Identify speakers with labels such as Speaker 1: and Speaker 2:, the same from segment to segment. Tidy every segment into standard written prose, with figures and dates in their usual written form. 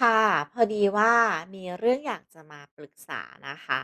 Speaker 1: ค่ะพอดีว่ามีเรื่องอยากจะมาปรึกษานะคะ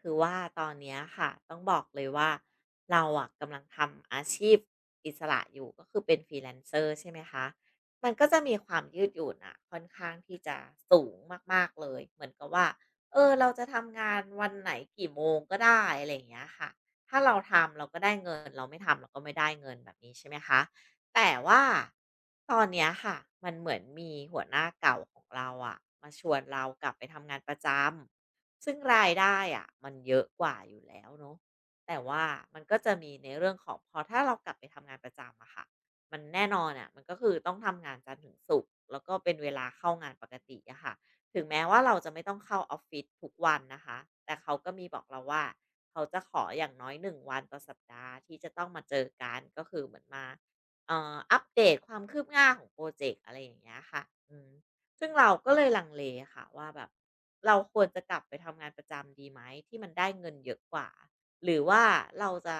Speaker 1: คือว่าตอนเนี้ยค่ะต้องบอกเลยว่าเราอะกำลังทำอาชีพอิสระอยู่ก็คือเป็น freelancer ใช่ไหมคะมันก็จะมีความยืดหยุ่นอะค่อนข้างที่จะสูงมากๆเลยเหมือนกับว่าเออเราจะทำงานวันไหนกี่โมงก็ได้อะไรอย่างเงี้ยค่ะถ้าเราทำเราก็ได้เงินเราไม่ทำเราก็ไม่ได้เงินแบบนี้ใช่ไหมคะ แต่ว่าตอนเนี้ยค่ะมันเหมือนมีหัวหน้าเก่าของเราอะมาชวนเรากลับไปทำงานประจำซึ่งรายได้อะมันเยอะกว่าอยู่แล้วเนาะแต่ว่ามันก็จะมีในเรื่องของพอถ้าเรากลับไปทำงานประจำอะค่ะมันแน่นอนอะมันก็คือต้องทำงานจันทร์ถึงศุกร์แล้วก็เป็นเวลาเข้างานปกติอะค่ะถึงแม้ว่าเราจะไม่ต้องเข้าออฟฟิศทุกวันนะคะแต่เขาก็มีบอกเราว่าเขาจะขออย่างน้อยหนึ่งวันต่อสัปดาห์ที่จะต้องมาเจอกันก็คือเหมือนมา อัปเดตความคืบหน้าของพรอเจกต์อะไรอย่างเงี้ยค่ะอืมซึ่งเราก็เลยลังเลค่ะว่าแบบเราควรจะกลับไปทำงานประจำดีไหมที่มันได้เงินเยอะกว่าหรือว่าเราจะ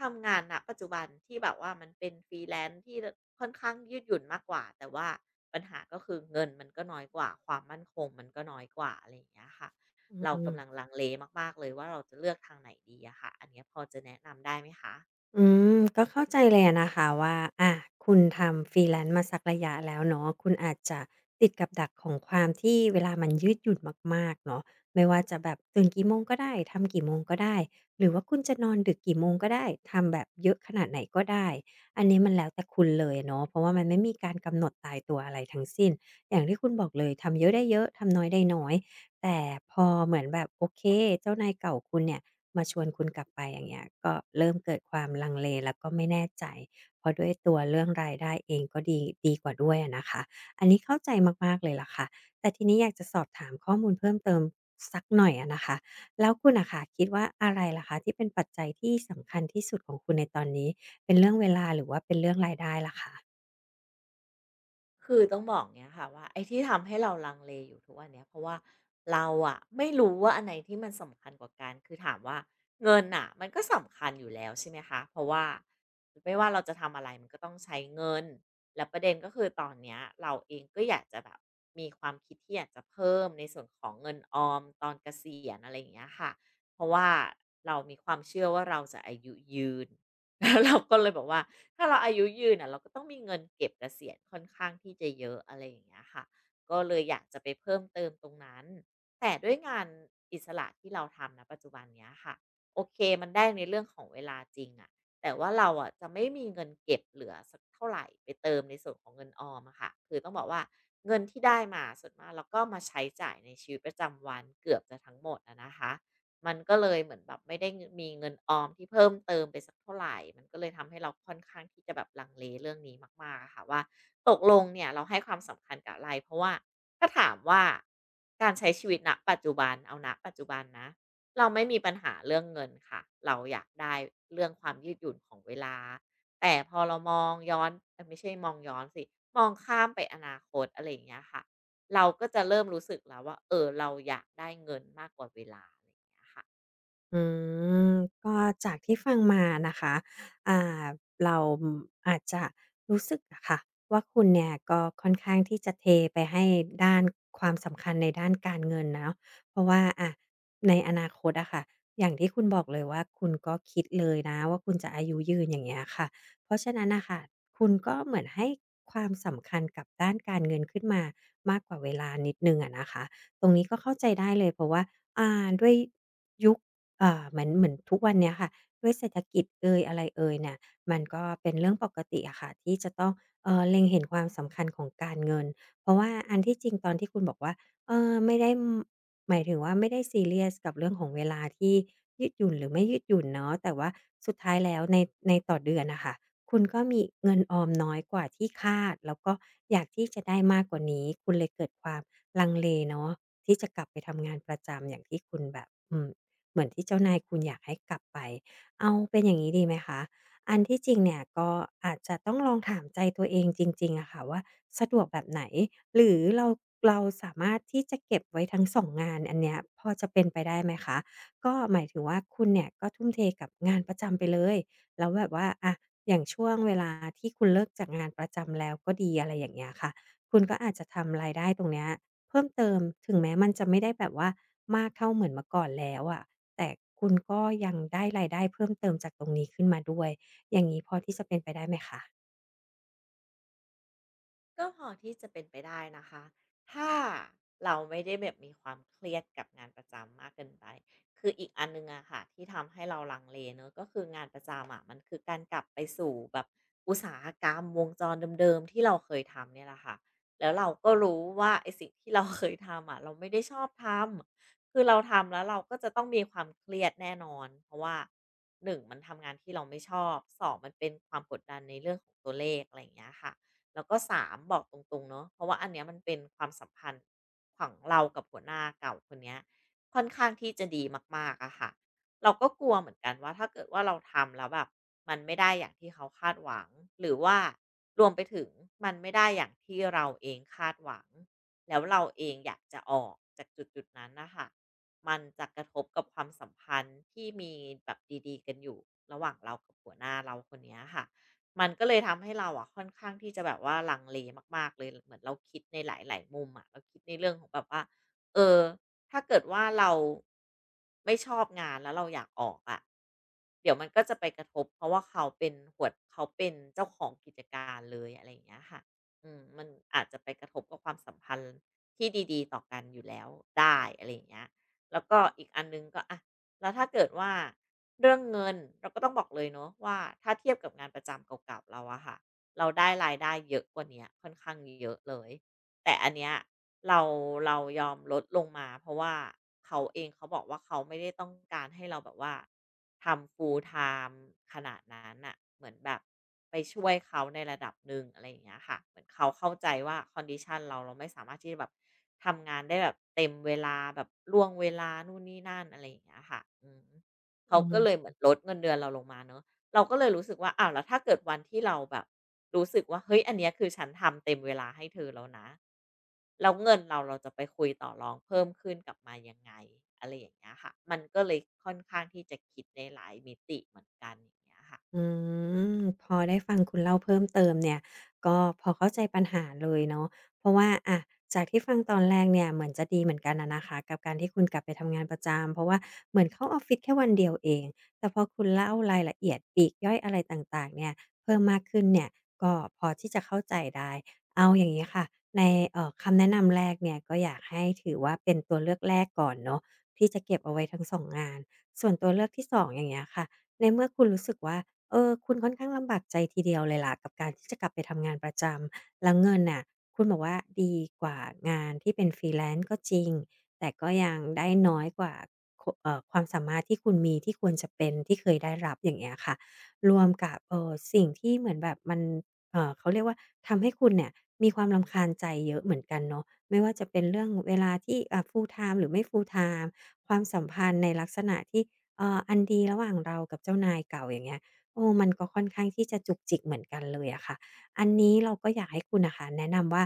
Speaker 1: ทำงานณปัจจุบันที่แบบว่ามันเป็น Freelance ที่รค่อนข้างยืดหยุ่นมากกว่าแต่ว่าปัญหาก็คือเงินมันก็น้อยกว่าความมั่นคงมันก็น้อยกว่าอะไรอย่างเงี้ยค่ะ
Speaker 2: อื
Speaker 1: เรากำ
Speaker 2: ม
Speaker 1: ลังลังเลมากๆเลยว่าเราจะเลือกทางไหนดีอะค่ะอันเนี้ยพอจะแนะนำได้ไหมคะ
Speaker 2: อืมก็เข้าใจเลยอะนะคะว่าอ่าคุณทำ Freelance มาสักระยะแล้วเนาะคุณอาจจะติดกับดักของความที่เวลามันยืดหยุ่นมากๆเนาะไม่ว่าจะแบบตื่นกี่โมงก็ได้ทำกี่โมงก็ได้หรือว่าคุณจะนอนดึกกี่โมงก็ได้ทำแบบเยอะขนาดไหนก็ได้อันนี้มันแล้วแต่คุณเลยเนาะเพราะว่ามันไม่มีการกำหนดตายตัวอะไรทั้งสิ้นอย่างที่คุณบอกเลยทำเยอะได้เยอะทำน้อยได้น้อยแต่พอเหมือนแบบโอเคเจ้านายเก่าคุณเนี่ย มาชวนคุณกลับไปอย่างเงี้ยก็เริ่มเกิดความลังเลแล้วก็ไม่แน่ใจเพราะด้วยตัวเรื่องรายได้เองก็ดีกว่าด้วยอะนะคะอันนี้เข้าใจมากๆเลยล่ะค่ะแต่ทีนี้อยากจะสอบถามข้อมูลเพิ่มเติมสักหน่อยอะนะคะแล้วคุณน่ะค่ะคิดว่าอะไรล่ะคะที่เป็นปัจจัยที่สำคัญที่สุดของคุณในตอนนี้เป็นเรื่องเวลาหรือว่าเป็นเรื่องรายได้ล่ะคะ
Speaker 1: คือต้องบอกเนี้ยค่ะว่าไอ้ที่ทำให้เราลังเลอยู่ทุกวันเนี้ยเพราะว่าเราอะไม่รู้ว่าอันไหนที่มันสำคัญกว่ากันคือถามว่าเงินอะมันก็สำคัญอยู่แล้วใช่ไหมคะเพราะว่าไม่ว่าเราจะทำอะไรมันก็ต้องใช้เงินแล้วประเด็นก็คือตอนเนี้ยเราเองก็อยากจะแบบมีความคิดที่อยากจะเพิ่มในส่วนของเงินออมตอนเกษียณอะไรอย่างเงี้ยค่ะเพราะว่าเรามีความเชื่อว่าเราจะอายุยืน แล้วเราก็เลยบอกว่าถ้าเราอายุยืนน่ะเราก็ต้องมีเงินเก็บเกษียณค่อนข้างที่จะเยอะอะไรอย่างเงี้ยค่ะก็เลยอยากจะไปเพิ่มเติมตรงนั้นแต่ด้วยงานอิสระที่เราทำณปัจจุบันเนี้ยค่ะโอเคมันได้ในเรื่องของเวลาจริงอะแต่ว่าเราอะจะไม่มีเงินเก็บเหลือสักเท่าไหรไปเติมในส่วนของเงินออมอะค่ะคือต้องบอกว่าเงินที่ได้มาส่วนมากเราก็มาใช้จ่ายในชีวิตประจำวันเกือบจะทั้งหมดอะนะคะ มันก็เลยเหมือนแบบไม่ได้มีเงินออมที่เพิ่มเติมไปสักเท่าไหรมันก็เลยทำให้เราค่อนข้างที่จะแบบลังเลเรื่องนี้มากๆอะค่ะว่าตกลงเนี่ยเราให้ความสำคัญกับอะไรเพราะว่าถ้าถามว่าการใช้ชีวิตณปัจจุบันเอาณปัจจุบันนะเราไม่มีปัญหาเรื่องเงินค่ะเราอยากได้เรื่องความยืดหยุ่นของเวลาแต่พอเรามองย้อนเอยไม่ใช่มองย้อนสิมองข้ามไปอนาคตอะไรอย่างเงี้ยค่ะเราก็จะเริ่มรู้สึกแล้วว่าเออเราอยากได้เงินมากกว่าเวลา ค่ะ
Speaker 2: อืมก็จากที่ฟังมานะคะอ่าเราอมาจจะรู้สึกอะค่ะว่าคุณเนี่ยก็ค่อนข้างที่จะเทไปให้ด้านความสำคัญในด้านการเงินเนาะเพราะว่าอะในอนาคตอะค่ะอย่างที่คุณบอกเลยว่าคุณก็คิดเลยนะว่าคุณจะอายุยืนอย่างเงี้ยค่ะเพราะฉะนั้นน่ะค่ะคุณก็เหมือนให้ความสำคัญกับด้านการเงินขึ้นมามากกว่าเวลานิดหนึ่งอะนะคะตรงนี้ก็เข้าใจได้เลยเพราะว่าด้วยยุค เหมือนทุกวันเนี้ยค่ะด้วยเศรษฐกิจเอยอะไรเอยเนี่ยมันก็เป็นเรื่องปกติอะค่ะที่จะต้องเออเล็งเห็นความสำคัญของการเงินเพราะว่าอันที่จริงตอนที่คุณบอกว่าเออไม่ได้หมายถึงว่าไม่ได้ซีเรียสกับเรื่องของเวลาที่ยืดหยุ่นหรือไม่ยืดหยุ่นเนาะแต่ว่าสุดท้ายแล้วในต่อเดือนนะคะคุณก็มีเงินออมน้อยกว่าที่คาดแล้วก็อยากที่จะได้มากกว่านี้คุณเลยเกิดความลังเลเนาะที่จะกลับไปทำงานประจำอย่างที่คุณแบบ เหมือนที่เจ้านายคุณอยากให้กลับไปเอาเป็นอย่างนี้ดีไหมคะอันที่จริงเนี่ยก็อาจจะต้องลองถามใจตัวเองจริงๆอะค่ะว่าสะดวกแบบไหนหรือเราสามารถที่จะเก็บไว้ทั้ง2งงานอันเนี้ยพอจะเป็นไปได้ไหมคะก็หมายถึงว่าคุณเนี่ยก็ทุ่มเทกับงานประจำไปเลยแล้วแบบว่าอะอย่างช่วงเวลาที่คุณเลิกจากงานประจำแล้วก็ดีอะไรอย่างเงี้ยค่ะคุณก็อาจจะทำรายได้ตรงเนี้ยเพิ่มเติมถึงแม้มันจะไม่ได้แบบว่ามากเท่าเหมือนเมื่อก่อนแล้วอะ แต่คุณก็ยังได้รายได้เพิ่มเติมจากตรงนี้ขึ้นมาด้วยอย่างนี้พอที่จะเป็นไปได้ไหมคะ
Speaker 1: ก็พอที่จะเป็นไปได้นะคะถ้าเราไม่ได้แบบมีความเครียดกับงานประจำมากเกินไปคืออีกอันนึงอะค่ะที่ทำให้เราลังเลเนอะก็คืองานประจำอะมันคือการกลับไปสู่แบบอุตสาหกรรมวงจรเดิมๆที่เราเคยทำเนี่ยแหละค่ะแล้วเราก็รู้ว่าไอสิ่งที่เราเคยทำอะเราไม่ได้ชอบทำคือเราทำแล้วเราก็จะต้องมีความเครียดแน่นอนเพราะว่าหนึ่งมันทำงานที่เราไม่ชอบสองมันเป็นความกดดันในเรื่องของตัวเลขอะไรอย่างเงี้ยค่ะ แล้วก็3บอกตรงๆเนาะเพราะว่าอันเนี้ยมันเป็นความสัมพันธ์ของเรากับหัวหน้าเก่าคนเนี้ยค่อนข้างที่จะดีมากๆอะค่ะเราก็กลัวเหมือนกันว่าถ้าเกิดว่าเราทำแล้วแบบมันไม่ได้อย่างที่เขาคาดหวังหรือว่ารวมไปถึงมันไม่ได้อย่างที่เราเองคาดหวังแล้วเราเองอยากจะออกจากจุดๆนั้นน่ะค่ะมันจะกระทบกับความสัมพันธ์ที่มีแบบดีๆกันอยู่ระหว่างเรากับหัวหน้าเราคนเนี้ยค่ะ มันก็เลยทำให้เราอะค่อนข้างที่จะแบบว่าลังเลมากๆเลยเหมือนเราคิดในหลายๆมุมอะเราคิดในเรื่องของแบบว่าเออถ้าเกิดว่าเราไม่ชอบงานแล้วเราอยากออกอะเดี๋ยวมันก็จะไปกระทบเพราะว่าเขาเป็นหัวเขาเป็นเจ้าของกิจการเลยอะไรอย่างเงี้ยค่ะอืมมันอาจจะไปกระทบกับความสัมพันธ์ที่ดีๆต่อกันอยู่แล้วได้อะไรอย่างเงี้ยแล้วก็อีกอันนึงก็อะ แล้วถ้าเกิดว่าเรื่องเงินเราก็ต้องบอกเลยเนาะว่าถ้าเทียบกับงานประจำเก่าๆเราอะค่ะเราได้รายได้เยอะกว่าเนี้ยค่อนข้างเยอะเลยแต่อันเนี้ยเราเรายอมลดลงมาเพราะว่าเขาเองเขาบอกว่าเขาไม่ได้ต้องการให้เราแบบว่า ทำ full time ขนาดนั้นน่ะเหมือนแบบไปช่วยเขาในระดับหนึ่งอะไรอย่างเงี้ยค่ะเหมือนเขาเข้าใจว่า condition เราไม่สามารถที่จะแบบทำงานได้แบบเต็มเวลาแบบล่วงเวลานู่นนี่นั่นอะไรอย่างเงี้ยค่ะอืมเขา
Speaker 2: อื
Speaker 1: ก็เลย
Speaker 2: ม
Speaker 1: เหมือนลดเงินเดือนเราลงมาเนาะ เราก็เลยรู้สึกว่าอ้าวแล้วถ้าเกิดวันที่เราแบบรู้สึกว่าเฮ้ยอันเนี้ยคือฉันทำเต็มเวลาให้เธอแล้วนะแล้วเงินเราจะไปคุยต่อรองเพิ่มขึ้นกลับมายังไงอะไรอย่างเงี้ยค่ะมันก็เลยค่อนข้างที่จะคิดในหลายมิติเหมือนกันอย่างเงี้ยค่ะ
Speaker 2: อืมพอได้ฟังคุณเล่าเพิ่มเติมเนี่ยก็พอเข้าใจปัญหาเลยเนาะเพราะว่าอะจากที่ฟังตอนแรกเนี่ยเหมือนจะดีเหมือนกันอะนะคะกับการที่คุณกลับไปทำงานประจำเพราะว่าเหมือนเข้าออฟฟิศแค่วันเดียวเองแต่พอคุณเล่ารายละเอียดปลีกย่อยอะไรต่างๆเนี่ยเพิ่มมากขึ้นเนี่ยก็พอที่จะเข้าใจได้เอาอย่างงี้ค่ะในคำแนะนำแรกเนี่ยก็อยากให้ถือว่าเป็นตัวเลือกแรกก่อนเนาะที่จะเก็บเอาไว้ทั้งสองงานส่วนตัวเลือกที่2องอย่างเงี้ยค่ะในเมื่อคุณรู้สึกว่า เออคุณค่อนข้างลำบากใจทีเดียวเลยล่ะกับการที่จะกลับไปทำงานประจำแล้วเงินน่ะคุณบอกว่าดีกว่างานที่เป็น freelance ก็จริงแต่ก็ยังได้น้อยกว่าคความสามารถที่คุณมีที่ควรจะเป็นที่เคยได้รับอย่างเงี้ยค่ะรวมกับสิ่งที่เหมือนแบบมันเขาเรียกว่าทำให้คุณเนี่ยมีความรำคาญใจเยอะเหมือนกันเนาะไม่ว่าจะเป็นเรื่องเวลาที่full time หรือไม่ full time ความสัมพันธ์ในลักษณะที่อันดีระหว่างเรากับเจ้านายเก่าอย่างเงี้ย โอ้มันก็ค่อนข้างที่จะจุกจิกเหมือนกันเลยอะค่ะอันนี้เราก็อยากให้คุณน่ะค่ะแนะนำว่า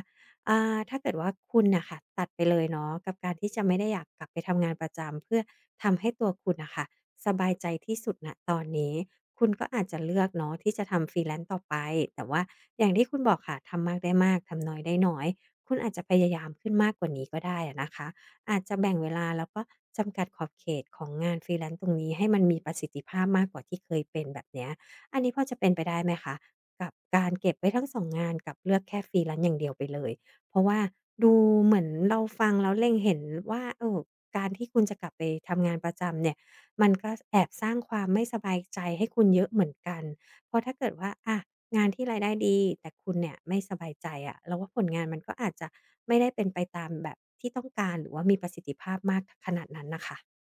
Speaker 2: ถ้าเกิดว่าคุณน่ะค่ะตัดไปเลยเนาะกับการที่จะไม่ได้อยากกลับไปทำงานประจำเพื่อทำให้ตัวคุณน่ะค่ะสบายใจที่สุดณตอนนี้คุณก็อาจจะเลือกเนาะที่จะทำ freelance ต่อไปแต่ว่าอย่างที่คุณบอกค่ะทำมากได้มากทำน้อยได้น้อยคุณอาจจะพยายามขึ้นมากกว่านี้ก็ได้อะนะคะอาจจะแบ่งเวลาแล้วก็จำกัดขอบเขตของงาน freelance ตรงนี้ให้มันมีประสิทธิภาพมากกว่าที่เคยเป็นแบบเนี้ย อันนี้พอจะเป็นไปได้ไหมคะกับการเก็บไว้ทั้ง2งงานกับเลือกแค่ freelance อย่างเดียวไปเลยเพราะว่าดูเหมือนเราฟังแล้วเล็งเห็นว่าเออการที่คุณจะกลับไปทำงานประจำเนี่ยมันก็แอบสร้างความไม่สบายใจให้คุณเยอะเหมือนกันเพราะถ้าเกิดว่าอะงานที่รายได้ดีแต่คุณเนี่ยไม่สบายใจอะเราว่าผลงานมันก็อาจจะไม่ได้เป็นไปตามแบบที่ต้องการหรือว่ามีประสิทธิภาพมากขนาดนั้นน่ะค่ะ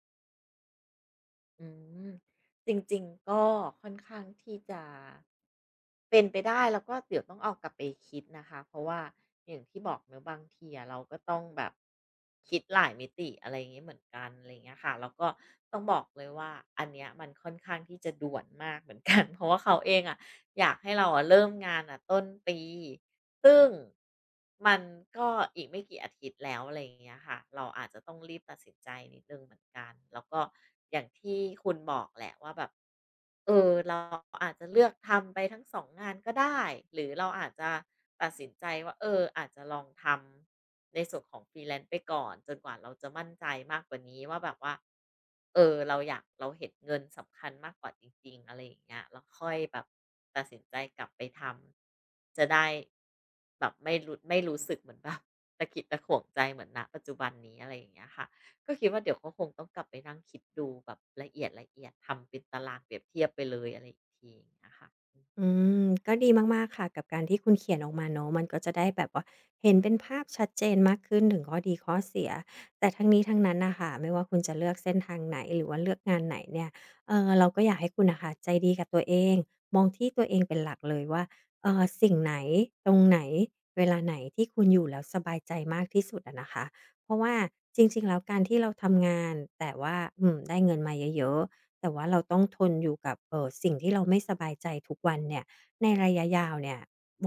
Speaker 1: อืมจริงๆก็ค่อนข้างที่จะ เป็นไปได้แล้วก็เดี๋ยวต้องเอากลับไปคิดนะคะเพราะว่าอย่างที่บอกเนอะบางทีอะเราก็ต้องแบบคิดหลายมิติอะไรอย่างเงี้ยเหมือนกันอะไรอย่างเงี้ยค่ะแล้วก็ต้องบอกเลยว่าอันเนี้ยมันค่อนข้างที่จะด่วนมากเหมือนกัน เพราะว่าเขาเองอะ อยากให้เราอะเริ่มงานอะต้นปีซึ่งมันก็อีกไม่กี่อาทิตย์แล้วอะไรอย่างเงี้ยค่ะเราอาจจะต้องรีบตัดสินใจนิดนึงเหมือนกัน แล้วก็อย่างที่คุณบอกแหละว่าแบบเออเราอาจจะเลือกทำไปทั้ง2งงานก็ได้หรือเราอาจจะตัดสินใจว่าเอออาจจะลองทำในส่วนของ freelance ไปก่อนจนกว่าเราจะมั่นใจมากกว่านี้ว่าแบบว่า เออเราอยากเราเห็นเงินสำคัญมากกว่าจริงๆอะไรอย่างเงี้ยแล้วค่อยแบบตัดสินใจกลับไปทำจะได้แบบไม่รู้สึกเหมือนแบบตะขิดตะขวงใจเหมือนณปัจจุบันนี้อะไรอย่างเงี้ยค่ะก็คิดว่าเดี๋ยวก็คงต้องกลับไปนั่งคิดดูแบบละเอียดๆทำเป็นตารางเปรียบเทียบไปเลยอะไรอีกทีอย่างเงี้ยค่ะ
Speaker 2: อืมก็ดีมากๆค่ะกับการที่คุณเขียนออกมาเนาะมันก็จะได้แบบว่าเห็นเป็นภาพชัดเจนมากขึ้นถึงข้อดีข้อเสียแต่ทั้งนี้ทั้งนั้นน่ะค่ะไม่ว่าคุณจะเลือกเส้นทางไหนหรือว่าเลือกงานไหนเนี่ยเราก็อยากให้คุณน่ะค่ะใจดีกับตัวเองมองที่ตัวเองเป็นหลักเลยว่าสิ่งไหนตรงไหนเวลาไหนที่คุณอยู่แล้วสบายใจมากที่สุดอะนะคะเพราะว่าจริงๆแล้วการที่เราทำงานแต่ว่าได้เงินมาเยอะๆ แต่ว่าเราต้องทนอยู่กับสิ่งที่เราไม่สบายใจทุกวันเนี่ยในระยะยาวเนี่ย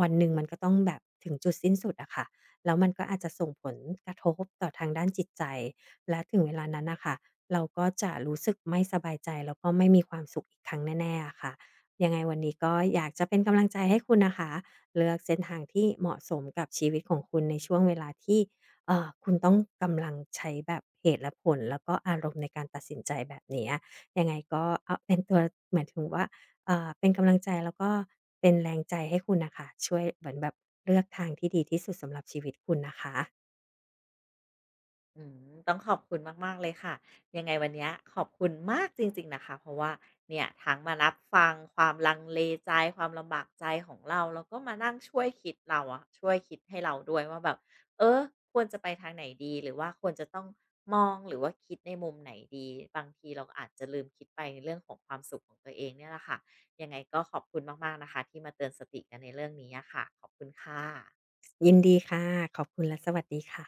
Speaker 2: วันหนึ่งมันก็ต้องแบบถึงจุดสิ้นสุดอะค่ะแล้วมันก็อาจจะส่งผลกระทบต่อทางด้านจิตใจและถึงเวลานั้นนะคะเราก็จะรู้สึกไม่สบายใจแล้วก็ไม่มีความสุขอีกครั้งแน่ๆอะค่ะยังไงวันนี้ก็อยากจะเป็นกำลังใจให้คุณนะคะเลือกเส้นทางที่เหมาะสมกับชีวิตของคุณในช่วงเวลาที่คุณต้องกำลังใช้แบบเหตุและผลแล้วก็อารมณ์ในการตัดสินใจแบบเนี้ย ยังไงก็เอาเป็นตัวหมายถึงว่าเป็นกำลังใจแล้วก็เป็นแรงใจให้คุณน่ะค่ะช่วยเหมือนแบบเลือกทางที่ดีที่สุดสำหรับชีวิตคุณนะคะ
Speaker 1: อืมต้องขอบคุณมากๆเลยค่ะยังไงวันเนี้ยขอบคุณมากจริงๆนะคะเพราะว่าเนี่ยทั้งมารับฟังความลังเลใจความลำบากใจของเราแล้วก็มานั่งช่วยคิดเราอะช่วยคิดให้เราด้วยว่าแบบเออควรจะไปทางไหนดีหรือว่าควรจะต้องมองหรือว่าคิดในมุมไหนดีบางทีเราอาจจะลืมคิดไปในเรื่องของความสุขของตัวเองเนี่ยแหละค่ะยังไงก็ขอบคุณมากๆนะคะที่มาเตือนสติกันในเรื่องนี้อะค่ะขอบคุณค่ะ
Speaker 2: ยินดีค่ะ ขอบคุณและสวัสดีค่ะ